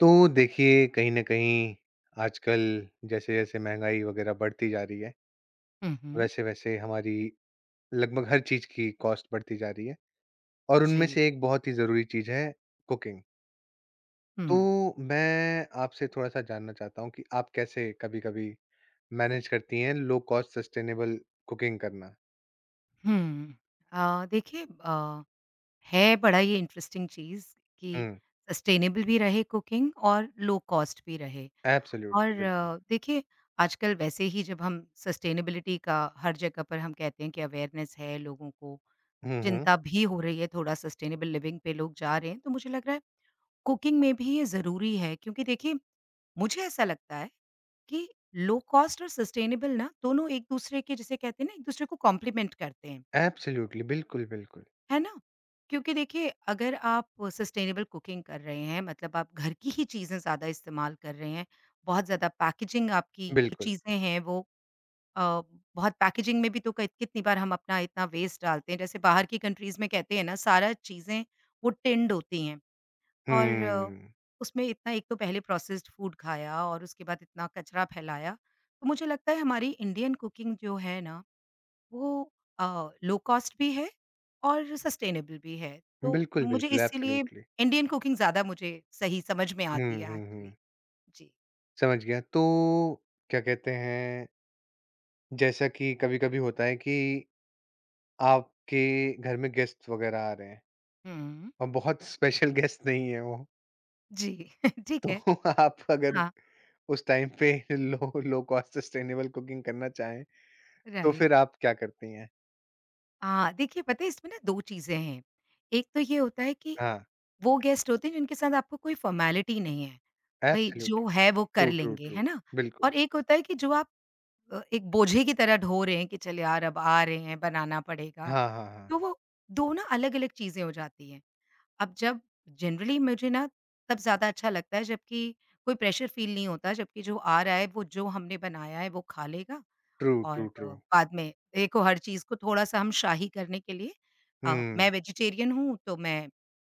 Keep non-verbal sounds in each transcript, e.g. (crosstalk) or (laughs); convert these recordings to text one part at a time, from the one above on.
तो देखिए कहीं न कहीं आजकल जैसे-जैसे महँगाई वग़ैरह बढ़ती जा रही है, हुँ, हुँ। वैसे-वैसे हमारी लगभग हर चीज़ की कॉस्ट बढ़ती जा रही है और उनमें जी। से एक बहुत ही ज़रूरी चीज़ है कुकिंग। हुँ, तो मैं आपसे थोड़ा-सा जानना चाहता हूँ कि आप कैसे कभी-कभी मैनेज करती हैं लो कॉस्ट सस्टेनेबल कुकिंग करना? हुँ। देखिए है बड़ा ये इंटरेस्टिंग चीज़ कि हुँ, सस्टेनेबल भी रहे कुकिंग और लो कॉस्ट भी रहे। एब्सोल्युटली और बिल्कुल। देखिए आजकल वैसे ही जब हम सस्टेनेबिलिटी का हर जगह पर हम कहते हैं कि अवेयरनेस है लोगों को, हुँ, हुँ, चिंता भी हो रही है थोड़ा सस्टेनेबल लिविंग पे लोग जा रहे हैं, तो मुझे लग रहा है कुकिंग में भी ये ज़रूरी है क्योंकि देखिए मुझे ऐसा लगता है कि लो कॉस्ट और सस्टेनेबल ना दोनों एक दूसरे के जिसे कहते हैं ना एक दूसरे को कॉम्प्लीमेंट करते हैं, एब्सोल्युटली बिल्कुल, बिल्कुल। है ना? क्योंकि देखिए अगर आप सस्टेनेबल कुकिंग कर रहे हैं मतलब आप घर की ही चीज़ें ज़्यादा इस्तेमाल कर रहे हैं, बहुत ज़्यादा पैकेजिंग आपकी जो बिल्कुल। चीज़ें हैं वो अ, बहुत पैकेजिंग में भी तो क कितनी बार हम अपना इतना वेस्ट डालते हैं, जैसे बाहर की कंट्रीज़ में कहते हैं ना सारा चीज़ें वो टिन्ड होती हैं। और हुँ, उसमें इतना एक तो पहले प्रोसेस्ड फूड खाया और उसके बाद इतना कचरा फैलाया। तो मुझे लगता है हमारी इंडियन कुकिंग जो है ना वो लो कॉस्ट भी है और सस्टेनेबल भी है। तो बिल्कुल, मुझे बिल्कुल इसीलिए एब्सोल्युटली। इंडियन कुकिंग ज़्यादा मुझे सही समझ में हुँ, आती है हुँ, एक्चुअली। हुँ। जी। समझ गया। तो क्या कहते हैं, जैसा कि कभी-कभी होता है कि आपके घर में गेस्ट वग़ैरह आ रहे हैं हुँ। और बहुत स्पेशल गेस्ट नहीं है वो, जी, (laughs) ठीक तो है। (laughs) आप अगर हाँ, उस टाइम पे low low cost sustainable cooking करना चाहें, तो राइट। फिर आप क्या करती हैं? हाँ, देखिए पता है इसमें ना 2 चीज़ें हैं। एक तो ये होता है कि हाँ, वो गेस्ट होते हैं जिनके साथ आपको कोई फ़ॉर्मेलिटी नहीं है। भई जो एब्सोल्युटली। है वो ट्रू, कर ट्रू, लेंगे, ट्रू। है ना? बिल्कुल। और एक होता है कि जो आप एक बोझे की तरह ढो रहे हैं कि चल यार अब आ रहे हैं बनाना पड़ेगा। हाँ, हाँ, हाँ। तो वो 2 ना अलग-अलग चीज़ें हो जाती हैं। अब जब जनरली मुझे ना तब ज़्यादा अच्छा लगता है जबकि कोई प्रेशर फ़ील नहीं होता जबकि जो आ रहा है वो जो हमने बनाया है वो खा लेगा ट्रू, और ट्रू, ट्रू। बाद में देखो हर चीज़ को थोड़ा-सा हम शाही करने के लिए हुँ। मैं वेजिटेरियन हूँ तो मैं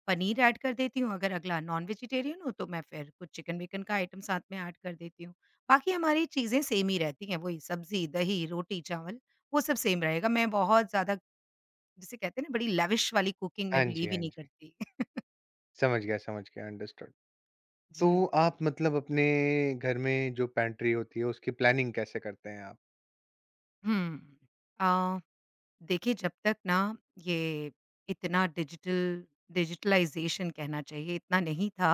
पनीर ऐड कर देती हूँ, अगर अगला नॉन वेजिटेरियन हो तो मैं फिर कुछ चिकन-विकन का आइटम साथ में ऐड कर देती हूँ। बाकी हमारी चीज़ें सेम ही रहती हैं, वही सब्ज़ी, दही, रोटी, चावल वो सब सेम रहेगा। मैं बहुत ज़्यादा जिसे कहते हैं ना बड़ी lavish वाली कुकिंग में हाँ जी, बिलीव ही हाँ नहीं जी। करती। (laughs) समझ गया, अंडरस्टूड। तो जी। आप मतलब अपने घर में जो पैंट्री होती है, उसकी प्लानिंग कैसे करते हैं आप? हुँ। अ, देखिए जब तक ना ये इतना डिजिटल डिजिटलाइज़ेशन कहना चाहिए इतना नहीं था,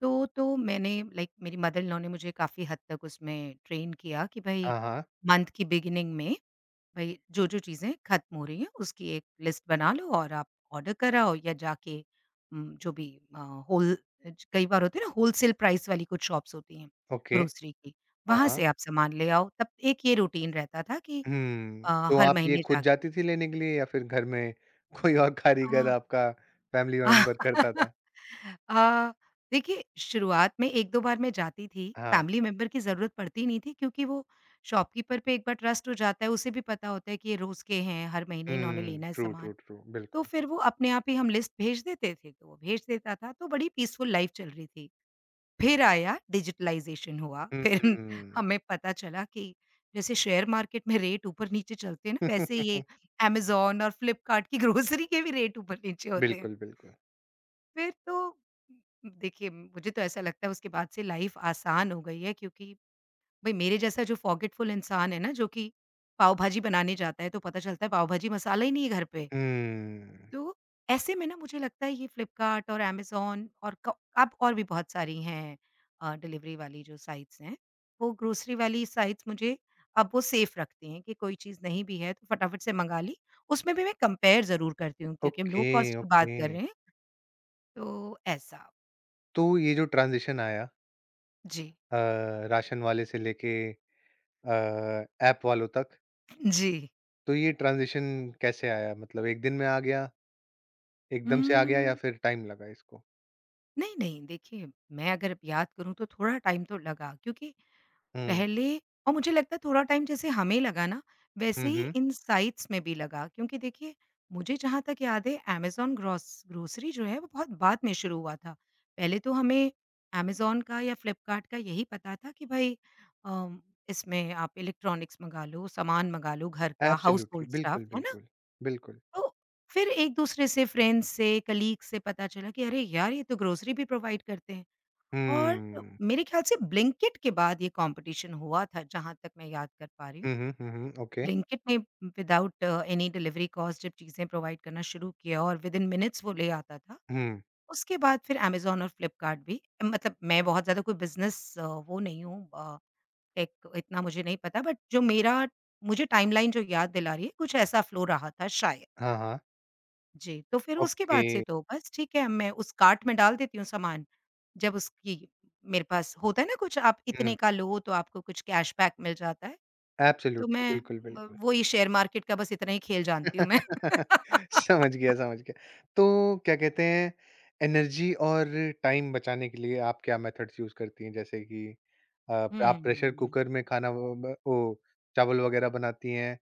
तो मैंने लाइक मेरी मदर-इन-लॉ ने मुझे काफ़ी हद तक उसमें ट्रेन किया कि भई हाँ, हाँ, मंथ की बिगिनिंग में भई जो-जो चीज़ें खत्म हो रही हैं उसकी एक लिस्ट बना लो और आप ऑर्डर कराओ या जाके जो भी होल ज कई बार होते हैं ना होलसेल प्राइस वाली कुछ शॉप्स होती हैं ओके। ग्रोसरी की, हाँ, वहाँ हाँ। से आप सामान ले आओ। तब एक ये रूटीन रहता था कि अ, तो हर आप ये महीने खुद जाके जाती थी लेने के लिए या फिर घर में (laughs) कोई और कारीगर अ, आपका फैमिली अ, मेंबर करता था? (laughs) देखिए शुरुआत में 1-2 बार मैं जाती थी, हाँ। फैमिली मेंबर की ज़रूरत पड़ती नहीं थी क्योंकि वो शॉपकीपर पे एक बार ट्रस्ट हो जाता है, उसे भी पता होता है कि ये रोज़ के हैं, हर महीने इन्होंने हुँ, लेना है ट्रू, ट्रू, सामान। ट्रू, तो बिल्कुल। फिर वो अपने आप ही हम लिस्ट भेज देते थे, तो वो भेज देता था, तो बड़ी पीसफुल लाइफ़ चल रही थी। फिर आया डिजिटलाइज़ेशन हुआ, फिर (laughs) हुँ। हमें पता चला कि जैसे शेयर मार्केट में रेट ऊपर-नीचे चलते हैं ना, वैसे (laughs) ये अमेज़न और फ्लिपकार्ट की (laughs) ग्रोसरी के भी रेट ऊपर-नीचे होते हैं। बिल्कुल, बिल्कुल। फिर तो देखिए, मुझे तो ऐसा लगता है उसके बाद से लाइफ़ आसान हो गई है क्योंकि भई मेरे जैसा जो फ़ॉरगेटफुल इंसान है ना, जो कि पाव भाजी बनाने जाता है, तो पता चलता है पाव भाजी मसाला ही नहीं है घर पे। हुँ, तो ऐसे में ना मुझे लगता है ये फ्लिपकार्ट और अमेज़न और क अब और भी बहुत सारी हैं डिलीवरी वाली जो साइट्स हैं, वो ग्रोसरी वाली साइट्स मुझे अब वो सेफ रखती हैं कि कोई चीज़ नहीं भी है तो फटाफट से मँगा ली। उसमें भी मैं कंपेयर ज़रूर करती हूँ क्योंकि हम लो ओके, कॉस्ट की ओके। बात कर रहे हैं, तो ऐसा। तो ये जो ट्रांज़िशन आया जी। अ, राशन वाले से लेके अ, ऐप वालों तक, (clears throat) जी। तो ये ट्रांज़िशन कैसे आया? मतलब एक दिन में आ गया, एकदम से आ गया या उम, फिर टाइम लगा इसको? नहीं, नहीं देखिए मैं अगर याद करूँ तो थोड़ा टाइम तो लगा क्योंकि हुँ। पहले और मुझे लगता है थोड़ा टाइम जैसे हमें लगा ना, वैसे हुँ, ही हुँ। इन साइट्स में भी लगा क्योंकि देखिए, मुझे जहाँ तक याद है अमेज़न ग्रॉस ग्रोसरी जो है वो बहुत बाद में शुरू हुआ था। पहले तो हमें अमेज़न का या फ्लिपकार्ट का यही पता था कि भाई अम, इसमें आप इलेक्ट्रॉनिक्स मँगा लो, सामान मँगा लो घर का, एब्सोल्युटली, हाउसहोल्ड स्टफ़, बिल्कुल, है ना? बिल्कुल, बिल्कुल। तो फिर एक-दूसरे से, फ्रेंड्स से, कलीग से पता चला कि अरे यार! ये तो ग्रोसरी भी प्रोवाइड करते हैं। और हुँ। मेरे ख़्याल से ब्लिंकिट के बाद ये कॉम्पिटिशन हुआ था, जहाँ तक मैं याद कर पा रही हूँ। हुँ, हुँ, हुँ, हुँ, ओके। ब्लिंकिट ने विदाउट एनी डिलिवरी कॉस्ट जब चीज़ें प्रोवाइड करना शुरू किया और विदिन मिनट्स वो ले आता था। हुँ, उसके बाद फिर अमेज़न और फ्लिपकार्ट भी मतलब मैं बहुत ज़्यादा कोई बिज़नेस वो नहीं हूँ टेक इतना मुझे नहीं पता बट जो मेरा मुझे टाइमलाइन जो याद दिला रही है, कुछ ऐसा फ़्लो रहा था शायद। हाँ, हाँ, जी, तो फिर उसके ओके। बाद से तो बस ठीक है मैं उस कार्ट में डाल देती हूँ सामान। जब उसकी मेरे पास होता है ना कुछ आप हुँ, इतने का लो तो आपको कुछ कैशबैक मिल जाता है, तो एब्सोल्युटली, मैं बिल्कुल, ब बिल्कुल। वही शेयर मार्केट का बस इतना ही खेल जानती हूँ मैं। (laughs) (laughs) समझ गया, समझ गया। तो क्या कहते हैं, एनर्जी और टाइम बचाने के लिए आप क्या मेथड्स यूज़ करती हैं? जैसे कि अ, आप प्रेशर हुँ, कुकर में खाना चावल वगैरह बनाती हैं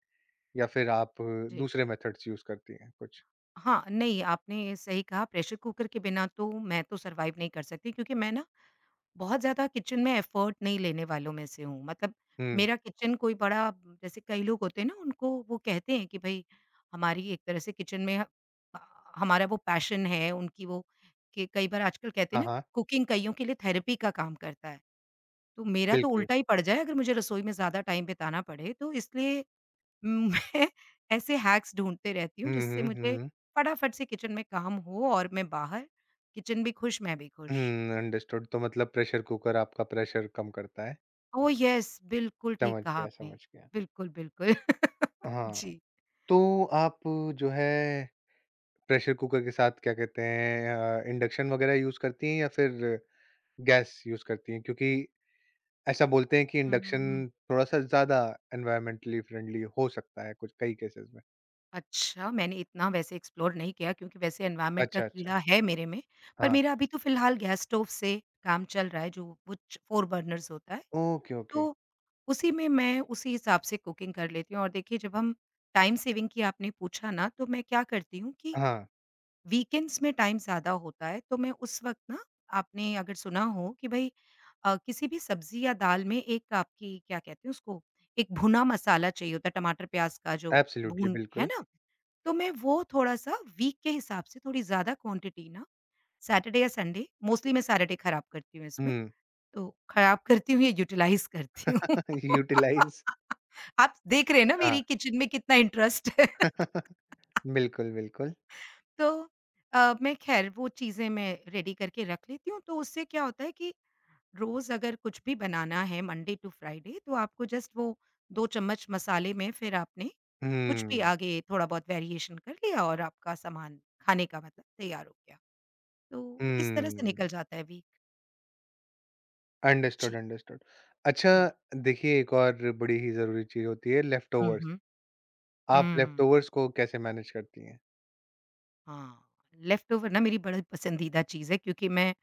या फिर आप जी। दूसरे मेथड्स यूज़ करती हैं कुछ? हाँ, नहीं आपने सही कहा प्रेशर कुकर के बिना तो मैं तो सर्वाइव नहीं कर सकती क्योंकि मैं ना बहुत ज़्यादा किचन में एफ़र्ट नहीं लेने वालों में से हूँ। मतलब हुँ, मेरा किचन कोई बड़ा जैसे कई लोग होते हैं ना उनको वो कहते हैं कि भई हमारी एक तरह से किचन में ह अ, हमारा वो पैशन है, उनकी वो कि कई बार आजकल कहते हैं हाँ, ना हाँ, कुकिंग कइयों के लिए थेरेपी का काम करता है। तो मेरा तो बिल्कुल। उल्टा ही पड़ जाए अगर मुझे रसोई में ज़्यादा टाइम बिताना पड़े तो इसलिए मैं (laughs) ऐसे हैक्स ढूँढते रहती हूँ हुँ, जिससे हुँ, मुझे हुँ। फटाफट से किचन में काम हो और मैं बाहर किचन भी खुश, मैं भी खुश। अंडरस्टूड तो मतलब प्रेशर कुकर आपका प्रेशर कम करता है। ओह! येस, बिल्कुल ठीक समझ कहा गया, आपने। समझ गया। बिल्कुल, बिल्कुल। (laughs) हाँ, जी। तो आप जो है प्रेशर कुकर के साथ क्या कहते हैं इंडक्शन वग़ैरह यूज़ करती हैं या फिर गैस यूज़ करती हैं? क्योंकि ऐसा बोलते हैं कि हुँ, हुँ, इंडक्शन हुँ। थोड़ा-सा ज़्यादा एनवायरमेंटली फ्रेंडली हो सकता है कुछ कई केसेज़ में। अच्छा, मैंने इतना वैसे एक्सप्लोर नहीं किया क्योंकि वैसे एनवायरनमेंट का अच्छा, अच्छा। कीड़ा है मेरे में, पर हाँ, मेरा अभी तो फ़िलहाल गैस स्टोव से काम चल रहा है जो वो च 4 बर्नर्स होता है, ओके, ओके। तो उसी में मैं उसी हिसाब से कुकिंग कर लेती हूँ और देखिए जब हम टाइम सेविंग की आपने पूछा ना, तो मैं क्या करती हूँ कि हाँ, वीकेंड्स में टाइम ज़्यादा होता है, तो मैं उस वक़्त ना आपने अगर सुना हो कि भई किसी भी सब्ज़ी या दाल में एक आपकी क्या कहते हैं उसको, एक भुना मसाला चाहिए होता है टमाटर प्याज़ का जो एब्सोल्युटली भून है बिल्कुल। ना? तो मैं वो थोड़ा-सा वीक के हिसाब से थोड़ी ज़्यादा क्वांटिटी ना सैटरडे या संडे मोस्टली मैं सैटरडे खराब करती हूँ इसमें, हुँ, तो खराब करती हूँ या यूटिलाइज़ करती हूँ। यूटिलाइज़ (laughs) आप देख रहे हैं ना (laughs) हाँ, मेरी किचन में कितना इंटरेस्ट है। (laughs) बिल्कुल, बिल्कुल। तो मैं ख़ैर वो चीज़ें मैं रेडी करके रख लेती हूँ, तो उससे क्या होता है कि रोज़ अगर कुछ भी बनाना है मंडे टू फ्राइडे तो आपको जस्ट वो 2 चम्मच मसाले में फिर आपने कुछ भी हुँ, आगे थोड़ा बहुत वेरिएशन कर लिया और आपका सामान खाने का मतलब तैयार हो गया। तो इस तरह से हुँ। निकल जाता है वीक। अंडरस्टूड, जी। अंडरस्टूड। अच्छा हुँ। देखिए एक और बड़ी ही ज़रूरी चीज़ होती है हुँ, लेफ्टओवर्स। हुँ। आप हुँ। लेफ्टओवर्स को कैसे मैनेज करती हैं? हाँ, लेफ्टओवर ना मेरी बड़ी पसंदीदा चीज़ है क्योंकि मैं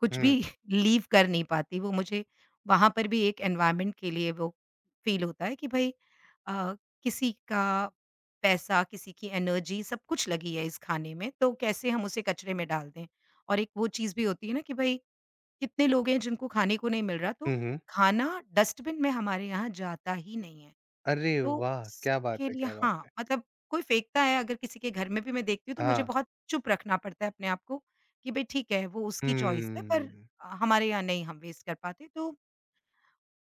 कुछ हुँ। भी (laughs) लीव कर नहीं पाती। वो मुझे वहाँ पर भी एक एनवायरनमेंट के लिए वो फ़ील होता है कि भई अ, किसी का पैसा, किसी की एनर्जी सब कुछ लगी है इस खाने में, तो कैसे हम उसे कचरे में डाल दें। और एक वो चीज़ भी होती है ना कि भई कितने लोग हैं जिनको खाने को नहीं मिल रहा, तो हुँ, हुँ। खाना डस्टबिन में हमारे यहाँ जाता ही नहीं है। अरे तो वाह! क्या बात उसके है, लिए क्या बात हाँ, है। मतलब कोई फेंकता है अगर किसी के घर में भी मैं देखती हूँ तो मुझे हाँ। बहुत चुप रखना पड़ता है अपने आप को, कि भई ठीक है वो उसकी चॉइस है पर हम्म। हमारे यहाँ नहीं हम वेस्ट कर पाते। तो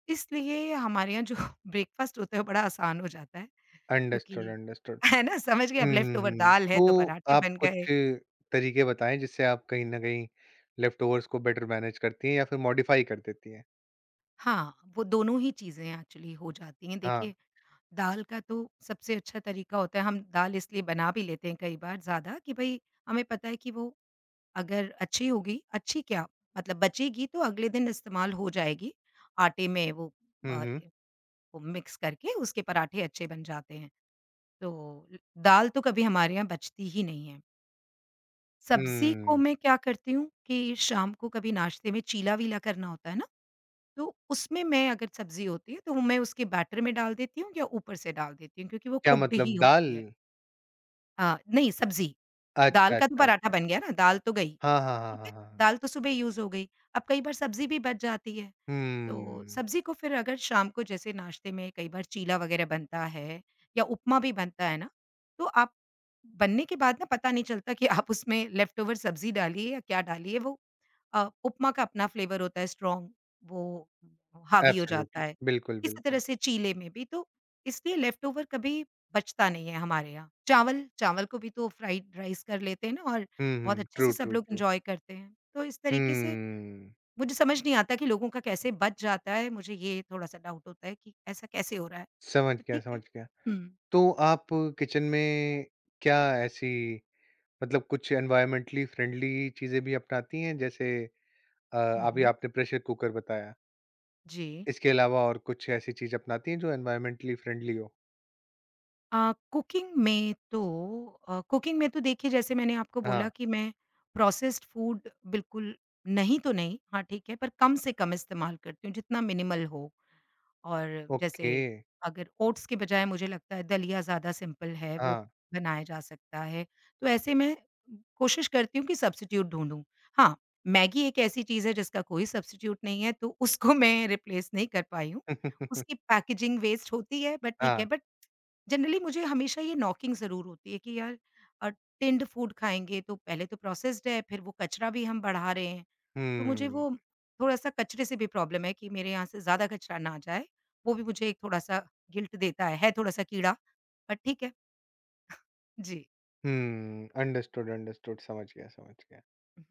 इसलिए हमारे यहाँ जो (laughs) ब्रेकफ़ास्ट होता है वो बड़ा आसान हो जाता है अंडरस्टूड, क्योंकि अंडरस्टूड। (laughs) है ना? समझ गए। हुँ, अब लेफ्ट ओवर हुँ, हुँ। दाल है तो तो पराठे आप बन गए। कुछ तरीके बताएँ जिससे आप कहीं न कहीं लेफ्टओवर्स को बेटर मैनेज करती हैं या फिर मॉडिफ़ाई कर देती हैं? हाँ, वो दोनों ही चीज़ें एक्चुअली हो जाती हैं। हाँ। देखिए, दाल का तो सबसे अच्छा तरीका होता है, हम दाल इसलिए बना भी लेते हैं कई बार ज़्यादा कि भई हमें पता है कि वो अगर अच्छी होगी, अच्छी क्या, मतलब बचेगी तो अगले दिन इस्तेमाल हो जाएगी। आटे में वो हुँ, अ, हुँ। वो मिक्स करके उसके पराठे अच्छे बन जाते हैं। तो ल दाल तो कभी हमारे यहाँ बचती ही नहीं है। सब्ज़ी को हुँ। मैं क्या करती हूँ कि शाम को कभी नाश्ते में चीला-वीला करना होता है ना, तो उसमें मैं अगर सब्ज़ी होती है तो मैं उसके बैटर में डाल देती हूँ या ऊपर से डाल देती हूँ क्योंकि वो क्या कुक्ड ही मतलब दाल? होती है। नहीं सब्ज़ी, अच्छा, दाल का तो अच्छा, पराठा अच्छा। बन गया ना, दाल तो गई। हाँ, हाँ, हाँ, ठीक हाँ, है? हाँ। दाल तो सुबह यूज़ हो गई, अब कई बार सब्ज़ी भी बच जाती है। तो हुँ। सब्ज़ी को फिर अगर शाम को जैसे नाश्ते में कई बार चीला वग़ैरह बनता है या उपमा भी बनता है ना, तो आप बनने के बाद ना पता नहीं चलता कि आप उसमें लेफ़्ट ओवर सब्ज़ी डाली है या क्या डाली है। वो उपमा का अपना फ्लेवर होता है स्ट्रॉन्ग, वो हावी हो जाता एब्सोल्युटली, है। बिल्कुल, इसी बिल्कुल। तरह से चीले में भी, तो इसलिए लेफ़्ट ओवर कभी बचता नहीं है हमारे यहाँ। चावल चावल को भी तो फ्राइड राइस कर लेते हैं ना और हुँ, बहुत हुँ। अच्छे ट्रू, से सब ट्रू, लोग ट्रू। एन्जॉय करते हैं। तो इस तरीके से हुँ, मुझे समझ नहीं आता कि लोगों का कैसे बच जाता है, मुझे ये थोड़ा-सा डाउट होता है कि ऐसा कैसे हो रहा है? समझ तो गया, ठीक है। समझ गया। हुँ, तो आप किचन में क्या ऐसी मतलब कुछ एनवायरमेंटली फ्रेंडली चीज़ें भी अपनाती हैं? जैसे अ, हुँ, अभी हुँ। आपने प्रेशर कुकर बताया। जी। इसके अलावा और कुछ ऐसी चीज़ अपनाती हैं जो एनवायरमेंटली फ्रेंडली हो? कुकिंग में तो कुकिंग में तो देखिए, जैसे मैंने आपको हाँ, बोला कि मैं प्रोसेस्ड फूड बिल्कुल नहीं, तो नहीं, हाँ ठीक है, पर कम से कम इस्तेमाल करती हूँ, जितना मिनिमल हो। और जैसे ओके। अगर ओट्स के बजाय मुझे लगता है दलिया ज़्यादा सिंपल है, वो हाँ। बनाया जा सकता है। तो ऐसे में कोशिश करती हूँ कि सब्स्टिट्यूट ढूँढूँ। हाँ, मैगी एक ऐसी चीज़ है जिसका कोई सब्स्टिट्यूट नहीं है, तो उसको (laughs) मैं रिप्लेस नहीं कर पाई हूँ। उसकी (laughs) पैकेजिंग वेस्ट होती है बट ठीक हाँ। है, बट जनरली मुझे हमेशा ये नॉकिंग ज़रूर होती है कि यार अ, टिन्ड फूड खाएँगे तो पहले तो प्रोसेस्ड है, फिर वो कचरा भी हम बढ़ा रहे हैं। तो मुझे हुँ, वो थोड़ा-सा कचरे से भी प्रॉब्लम है कि मेरे यहाँ से ज़्यादा कचरा ना आ जाए, वो भी मुझे एक थोड़ा-सा गिल्ट देता है थोड़ा-सा कीड़ा, पर ठीक है। जी। हुँ। अंडरस्टूड, अंडरस्टूड समझ गया, समझ गया।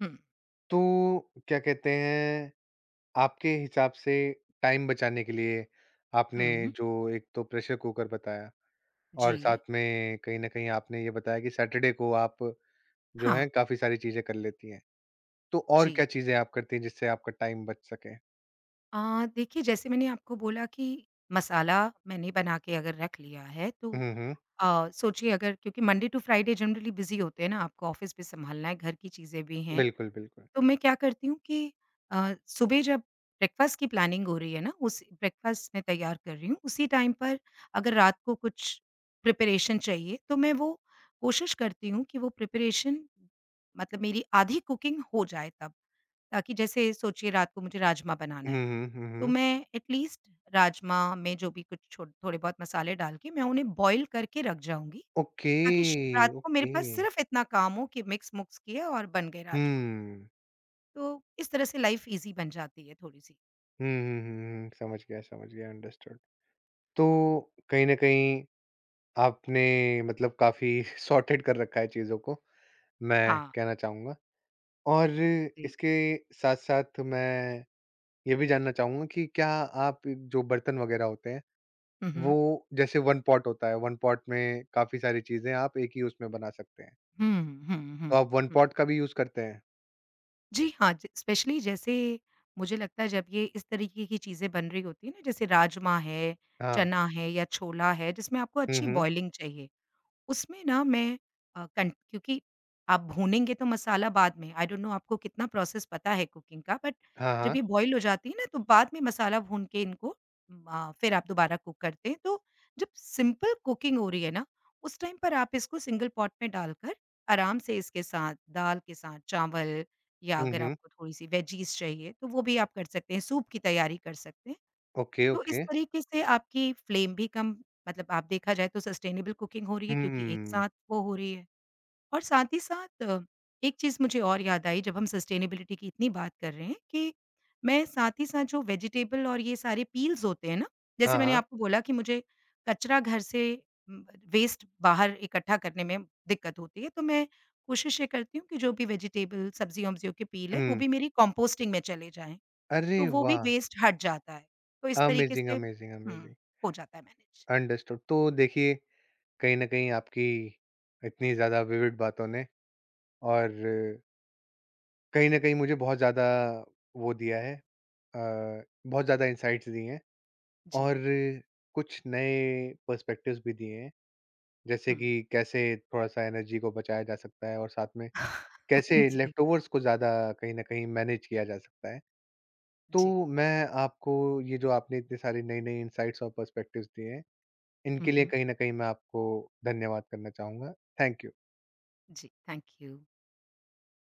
हुँ, तो क्या कहते हैं आपके हिसाब से टाइम बचाने के लिए आपने हुँ। जो एक तो प्रेशर कुकर बताया और जी। साथ में कहीं ना कहीं आपने ये बताया कि सैटरडे को आप जो हाँ, है काफी सारी चीजें कर लेती हैं तो और जी। क्या चीजें आप करती हैं जिससे आपका टाइम बच सके। अ, देखिए, जैसे मैंने आपको बोला कि मसाला मैंने बना के अगर रख लिया है तो हम्म, हम्म, सोचिए, अगर क्योंकि Monday to Friday generally busy होते हैं ना, आपको ऑफ़िस भी सँभालना है, घर की चीज़ें भी हैं। बिल्कुल बिल्कुल। तो मैं क्या करती हूँ कि सुबह जब ब्रेकफ़ास्ट की प्लानिंग हो रही है ना, उस ब्रेकफ़ास्ट मैं तैयार कर रही हूँ, उसी टाइम पर अगर रात को कुछ प्रिपरेशन चाहिए, तो मैं वो कोशिश करती हूँ कि वो प्रिपरेशन मतलब मेरी आधी कुकिंग हो जाए तब। ताकि जैसे सोचिए रात को मुझे राजमा बनाना है, तो हम्म। मैं एटलीस्ट राजमा में जो भी कुछ छो थोड़े बहुत मसाले डाल के मैं उन्हें बॉयल करके रख जाऊँगी, ओके ताकि श रात को मेरे ओके। पास सिर्फ़ इतना काम हो कि मिक्स-मुक्स किया और बन गए राजमा। हम्म तो इस तरह से लाइफ ईज़ी बन जाती है थोड़ी-सी। समझ गया अंडरस्टूड। तो कहीं ना कहीं आपने मतलब काफी (laughs) सॉर्टेड कर रखा है चीजों को, मैं हाँ। कहना चाहूंगा। और जी। इसके साथ-साथ मैं ये भी जानना चाहूँगा कि क्या आप जो बर्तन वग़ैरह होते हैं, हुँ, हुँ। वो जैसे वन पॉट होता है, वन पॉट में काफ़ी सारी चीज़ें आप एक ही उसमें बना सकते हैं। हुँ, हुँ, तो हुँ, आप वन हुँ। पॉट का भी यूज़ करते हैं? जी हाँ, ज स्पेशली जैसे मुझे लगता है जब ये इस तरीके की चीज़ें बन रही होती हैं ना जैसे राजमा है, हाँ। चना है या छोला है जिसमें आपको हुँ, अच्छी हुँ। बॉयलिंग चाहिए। उसमें ना मैं कन क्योंकि आप भूनेंगे तो मसाला बाद में, आई डोंट नो आपको कितना प्रोसेस पता है कुकिंग का बट हाँ, जब हाँ। ये बॉयल हो जाती है ना तो बाद में मसाला भून के इनको फिर आप दोबारा कुक करते हैं। तो जब सिंपल कुकिंग हो रही है ना, उस टाइम पर आप इसको सिंगल पॉट में डालकर आराम से इसके साथ दाल के साथ चावल या हुँ, अगर हुँ। आपको थोड़ी-सी वेजीज़ चाहिए तो वो भी आप कर सकते हैं, सूप की तैयारी कर सकते हैं। ओके, तो इस ओके। तरीके से आपकी फ्लेम भी कम, मतलब आप देखा जाए तो सस्टेनेबल कुकिंग हो रही है क्योंकि एक हुँ। साथ वो हो रही है। और साथ ही साथ एक चीज़ मुझे और याद आई जब हम सस्टेनेबिलिटी की इतनी बात कर रहे हैं कि मैं साथ ही साथ जो वेजिटेबल और ये सारे पील्स होते हैं ना, हाँ, जैसे मैंने हाँ। आपको बोला कि मुझे कचरा घर से उम, वेस्ट बाहर इकट्ठा करने में दिक्कत होती है, तो मैं कोशिश ये करती हूँ कि जो भी वेजिटेबल सब्जियों-वब्जियों के पील हैं, वो हुँ। भी मेरी कंपोस्टिंग में चले जाएँ। अरे तो वो भी वाह! वेस्ट हट जाता है। तो इस तरीके अमेज़िंग, से अमेज़िंग, हुँ, अमेज़िंग। हो जाता है मैनेज। अंडरस्टूड। तो देखिए, कहीं न कहीं आपकी इतनी ज़्यादा विविड बातों ने और कहीं न कहीं मुझे बहुत ज़्यादा वो दिया है, बहुत ज़्यादा इनसाइट्स दिए हैं जी। और कुछ नए पर्सपेक्टिव्स भी दिए हैं। जैसे हुँ। कि कैसे थोड़ा-सा एनर्जी को बचाया जा सकता है और साथ में कैसे (laughs) जी, लेफ्टओवर्स को ज़्यादा कहीं न कहीं मैनेज किया जा सकता है। जी। तो मैं आपको ये जो आपने इतने सारे नई-नई इनसाइट्स और पर्सपेक्टिव्स दिए हैं, हुँ, इनके लिए हुँ। कहीं न कहीं मैं आपको धन्यवाद करना चाहूँगा। Thank you. जी, थैंक यू।